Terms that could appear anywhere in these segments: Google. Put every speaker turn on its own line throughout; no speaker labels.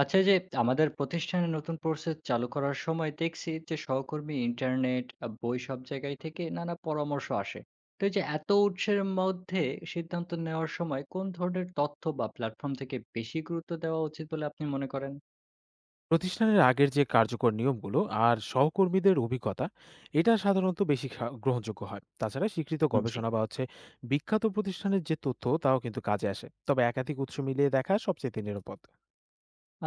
আচ্ছা, এই যে আমাদের প্রতিষ্ঠানে নতুন প্রসেস চালু করার সময় দেখছি যে সহকর্মী, ইন্টারনেট, বই সব জায়গায় থেকে নানা পরামর্শ আসে। তো এই যে এত উৎসের মধ্যে সিদ্ধান্ত নেওয়ার সময় কোন ধরনের তথ্য বা প্ল্যাটফর্ম থেকে বেশি গুরুত্ব দেওয়া উচিত বলে আপনি মনে করেন?
প্রতিষ্ঠানের আগের যে কার্যকর নিয়মগুলো আর সহকর্মীদের অভিজ্ঞতা এটা সাধারণত বেশি গ্রহণযোগ্য হয়। তাছাড়া স্বীকৃত
জি।
গবেষণা বা বিখ্যাত প্রতিষ্ঠানের যে তথ্য তাও কিন্তু কাজে আসে। তবে একাধিক উৎস মিলিয়ে দেখা সবচেয়ে নিরাপদ।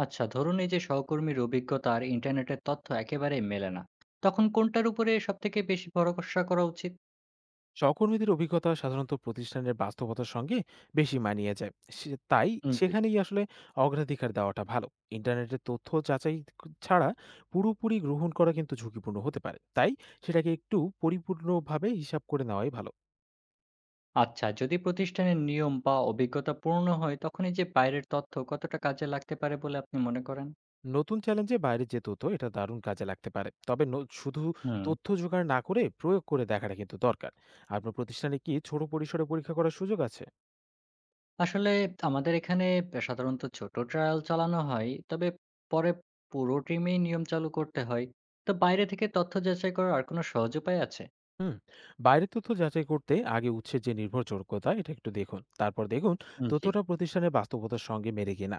আচ্ছা, ধরুন এই যে সহকর্মীর অভিজ্ঞতা আর ইন্টারনেটের তথ্য একেবারে মেলে না, তখন কোনটার উপরে সব থেকে বেশি ভরসা করা উচিত?
সহকর্মীদের অভিজ্ঞতা সাধারণত প্রতিষ্ঠানের বাস্তবতার সঙ্গে বেশি মানিয়ে যায়। তাই
জি।
সেখানেই আসলে অগ্রাধিকার দেওয়াটা ভালো। ইন্টারনেটের তথ্য যাচাই ছাড়া পুরোপুরি গ্রহণ করা কিন্তু ঝুঁকিপূর্ণ হতে পারে। তাই সেটাকে একটু পরিপূর্ণভাবে হিসাব করে নেওয়াই ভালো।
আচ্ছা, যদি প্রতিষ্ঠানের নিয়ম বা অভিজ্ঞতা পুরনো হয়, তখন এই যে বাইরের তথ্য কতটা কাজে লাগতে পারে বলে আপনি মনে করেন?
নতুন চ্যালেঞ্জে বাইরে যে তথ্য এটা দারুণ কাজে লাগতে পারে। তবে শুধু
হুম।
তথ্য জোগাড় না করে প্রয়োগ করে দেখাটা কিন্তু দরকার। আপনার প্রতিষ্ঠানে কি ছোট পরিসরে পরীক্ষা করার সুযোগ আছে?
আসলে আমাদের এখানে সাধারণত ছোট ট্রায়াল চালানো হয়। তবে পরে পুরো টিমেই নিয়ম চালু করতে হয়। তো বাইরে থেকে তথ্য যাচাই করার আর কোনো সহজ উপায় আছে?
হুম। বাইরের তথ্য যাচাই করতে আগে উৎসের যে নির্ভরযোগ্যতা এটা একটু দেখুন। তারপর দেখুন
উম জি।
তথ্যটা প্রতিষ্ঠানের বাস্তবতার সঙ্গে মেলে কিনা।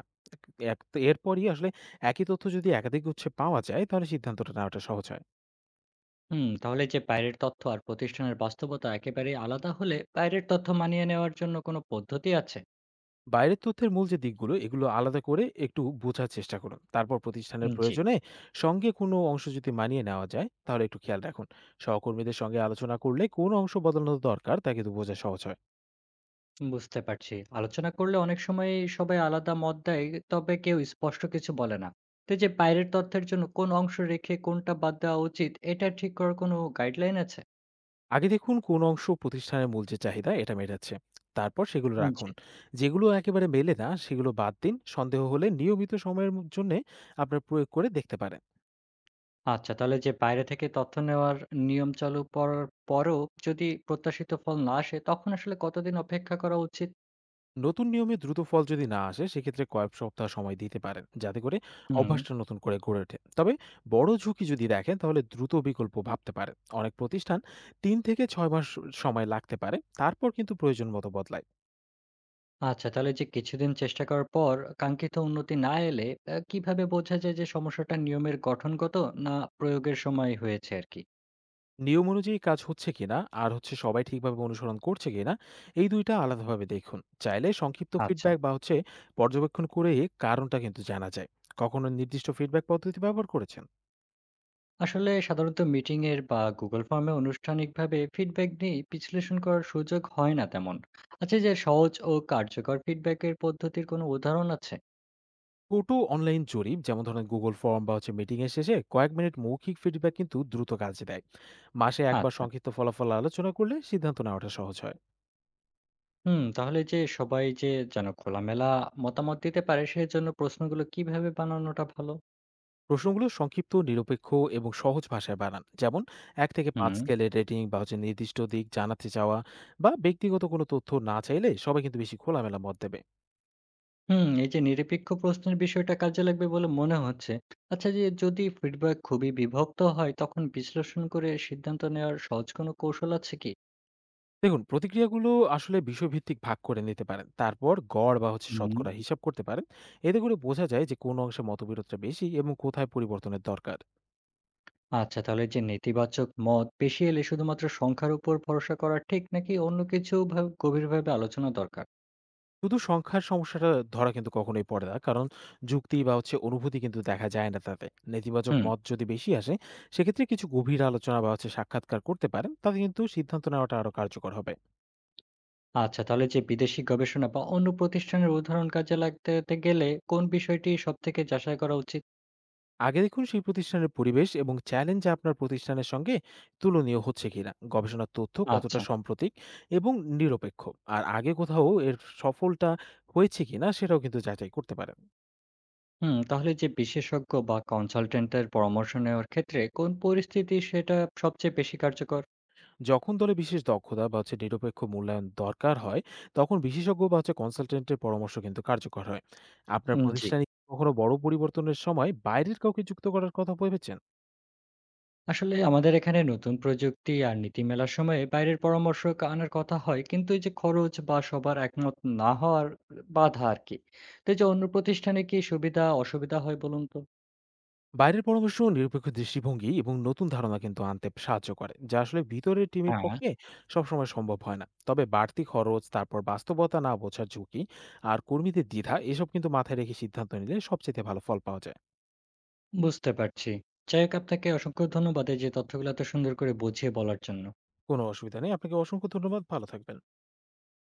এরপরই আসলে একই তথ্য যদি একাধিক উৎসে পাওয়া যায় তাহলে সিদ্ধান্তটা নেওয়াটা সহজ হয়।
হুম, তাহলে যে বাইরের তথ্য আর প্রতিষ্ঠানের বাস্তবতা একেবারেই আলাদা হলে বাইরের তথ্য মানিয়ে নেওয়ার জন্য কোনো পদ্ধতি আছে?
বাইরের তথ্যের মূল যে দিকগুলো এগুলো আলাদা করে একটু বোঝার চেষ্টা করুন। তারপর প্রতিষ্ঠানের
উম জি।
প্রয়োজনে সঙ্গে কোনো অংশ যদি মানিয়ে নেওয়া যায় তাহলে একটু খেয়াল রাখুন। সহকর্মীদের সঙ্গে আলোচনা করলে কোন অংশ বদলানো দরকার তা কিন্তু বোঝা সহজ হয়।
বুঝতে পারছি। আলোচনা করলে অনেক সময় সবাই আলাদা মত দেয়, তবে কেউ স্পষ্ট কিছু বলে না। তো এই যে বাইরের তথ্যের জন্য কোন অংশ রেখে কোনটা বাদ দেওয়া উচিত, এটা ঠিক করার কোনো গাইডলাইন আছে?
আগে দেখুন কোন অংশ প্রতিষ্ঠানের মূল যে চাহিদা এটা মেটাচ্ছে। তারপর সেগুলো
উম, জি।
রাখুন। যেগুলো একেবারে মেলে না সেগুলো বাদ দিন। সন্দেহ হলে নিয়মিত সময়ের জন্য আপনার প্রয়োগ করে দেখতে পারেন।
আচ্ছা, তাহলে যে বাইরে থেকে তথ্য নেওয়ার নিয়ম চালু করার পরেও যদি প্রত্যাশিত ফল না আসে, তখন আসলে কতদিন অপেক্ষা করা উচিত?
নতুন নিয়মে দ্রুত ফল যদি না আসে সেক্ষেত্রে কয়েক সপ্তাহ সময় দিতে পারেন, যাতে করে
হুম।
অভ্যাসটা নতুন করে গড়ে ওঠে। তবে বড় ঝুঁকি যদি দেখেন তাহলে দ্রুত বিকল্প ভাবতে পারেন। অনেক প্রতিষ্ঠান 3 থেকে 6 মাস সময় লাগতে পারে, তারপর কিন্তু প্রয়োজন মতো বদলায়।
আচ্ছা, তাহলে যে কিছুদিন চেষ্টা করার পর কাঙ্ক্ষিত উন্নতি না এলে কিভাবে বোঝা যায় যে সমস্যাটা নিয়মের গঠনগত, না প্রয়োগের সময় হয়েছে আরকি?
নিয়ম অনুযায়ী কাজ হচ্ছে কিনা আর হচ্ছে সবাই ঠিকভাবে অনুসরণ করছে কিনা এই দুইটা আলাদাভাবে দেখুন। চাইলে সংক্ষিপ্ত
আচ্ছা।
ফিডব্যাক বা পর্যবেক্ষণ করে কারণটা কিন্তু জানা যায়। কখনো নির্দিষ্ট ফিডব্যাক পদ্ধতি ব্যবহার করেছেন?
আসলে সাধারণত মিটিং এর বা Google ফর্মে আনুষ্ঠানিকভাবে ফিডব্যাক নিয়ে বিশ্লেষণ করার সুযোগ হয় না তেমন। আচ্ছা, এই যে সহজ ও কার্যকর ফিডব্যাকের পদ্ধতির কোনো উদাহরণ আছে?
ছোট অনলাইন জরিপ, যেমন ধরেন গুগল ফর্ম বা মিটিং এর শেষে কয়েক মিনিট মৌখিক ফিডব্যাক কিন্তু দ্রুত কাজে দেয়। মাসে একবার
আচ্ছা।
সংক্ষিপ্ত ফলাফল আলোচনা করলে সিদ্ধান্ত নেওয়াটা সহজ হয়।
হুম, তাহলে যে সবাই যে যেন খোলামেলা মতামত দিতে পারে সেজন্য প্রশ্নগুলো কিভাবে বানানোটা ভালো?
প্রশ্নগুলো সংক্ষিপ্ত, নিরপেক্ষ এবং সহজ ভাষায় বানান। যেমন 1 থেকে 5
হুম।
স্কেলের রেটিং বা নির্দিষ্ট দিক জানাতে চাওয়া বা ব্যক্তিগত কোনো তথ্য না চাইলে সবাই কিন্তু বেশি খোলামেলা মত দেবে।
হুম, এই যে নিরপেক্ষ প্রশ্নের বিষয়টা কাজে লাগবে বলে মনে হচ্ছে। আচ্ছা, যে যদি ফিডব্যাক খুবই বিভক্ত হয়, তখন বিশ্লেষণ করে সিদ্ধান্ত নেওয়ার সহজ কোনো কৌশল আছে কি?
দেখুন প্রতিক্রিয়াগুলো আসলে বিষয়ভিত্তিক ভাগ করে নিতে পারেন। তারপর গড় বা
হুম।
শতকরা হিসাব করতে পারেন। এতে করে বোঝা যায় যে কোন অংশে মতবিরোধটা বেশি এবং কোথায় পরিবর্তনের দরকার।
আচ্ছা, তাহলে যে নেতিবাচক মত বেশি এলে শুধুমাত্র সংখ্যার উপর ভরসা করা ঠিক নাকি অন্য কিছু গভীরভাবে আলোচনা দরকার?
শুধু সংখ্যার সমস্যাটা ধরা কিন্তু কখনোই পড়ে না, কারণ যুক্তি বা অনুভূতি কিন্তু দেখা যায় না তাতে। নেতিবাচক
হুম।
মত যদি বেশি আসে, সেক্ষেত্রে কিছু গভীর আলোচনা বা সাক্ষাৎকার করতে পারেন। তাতে কিন্তু সিদ্ধান্ত নেওয়াটা আরো কার্যকর হবে।
আচ্ছা, তাহলে যে বিদেশি গবেষণা বা অন্য প্রতিষ্ঠানের উদাহরণ কাজে লাগতে তে গেলে কোন বিষয়টি সব থেকে যাচাই করা উচিত?
আগে দেখুন সেই প্রতিষ্ঠানের পরিবেশ এবং চ্যালেঞ্জ আপনার প্রতিষ্ঠানের সঙ্গে তুলনীয় হচ্ছে কিনা। গবেষণার তথ্য কতটা
আচ্ছা।
সাম্প্রতিক এবং নিরপেক্ষ। আর আগে কোথাও এর সফলটা হয়েছে কিনা সেটাও কিন্তু যাচাই করতে পারেন।
হুম, তাহলে যে বিশেষজ্ঞ বা কনসালটেন্টের পরামর্শ নেওয়ার ক্ষেত্রে কোন পরিস্থিতি সেটা সবচেয়ে বেশি কার্যকর?
যখন দলে বিশেষ দক্ষতা বা নিরপেক্ষ মূল্যায়ন দরকার হয় তখন বিশেষজ্ঞ বা কনসালটেন্টের পরামর্শ কিন্তু কার্যকর হয়। আপনার
উম, জি।
প্রতিষ্ঠানে কি কখনো বড় পরিবর্তনের সময় বাইরের কাউকে যুক্ত করার কথা ভেবেছেন?
আসলে আমাদের এখানে নতুন প্রযুক্তি আর নীতি মেলার সময়ে বাইরের পরামর্শ আনার কথা হয়, কিন্তু এই যে খরচ বা সবার একমত না হওয়ার বাধা আর কি। তো এই যে অন্য প্রতিষ্ঠানে কি সুবিধা অসুবিধা হয় বলুন তো।
বাইরের পরামর্শ নিরপেক্ষ দৃষ্টিভঙ্গি এবং নতুন ধারণা কিন্তু আনতে সাহায্য করে, যা আসলে ভিতরের টিমের
হ্যাঁ,
পক্ষে সবসময় সম্ভব হয় না। তবে বাড়তি খরচ, তারপর বাস্তবতা না বোঝার ঝুঁকি আর কর্মীদের দ্বিধা এসব কিন্তু মাথায় রেখে সিদ্ধান্ত নিলে সবচেয়ে ভালো ফল পাওয়া যায়।
বুঝতে পারছি। যাই হোক, আপনাকে অসংখ্য ধন্যবাদ এই যে তথ্যগুলো এত সুন্দর করে বুঝিয়ে বলার জন্য।
কোনো অসুবিধা নেই। আপনাকে অসংখ্য ধন্যবাদ। ভালো থাকবেন।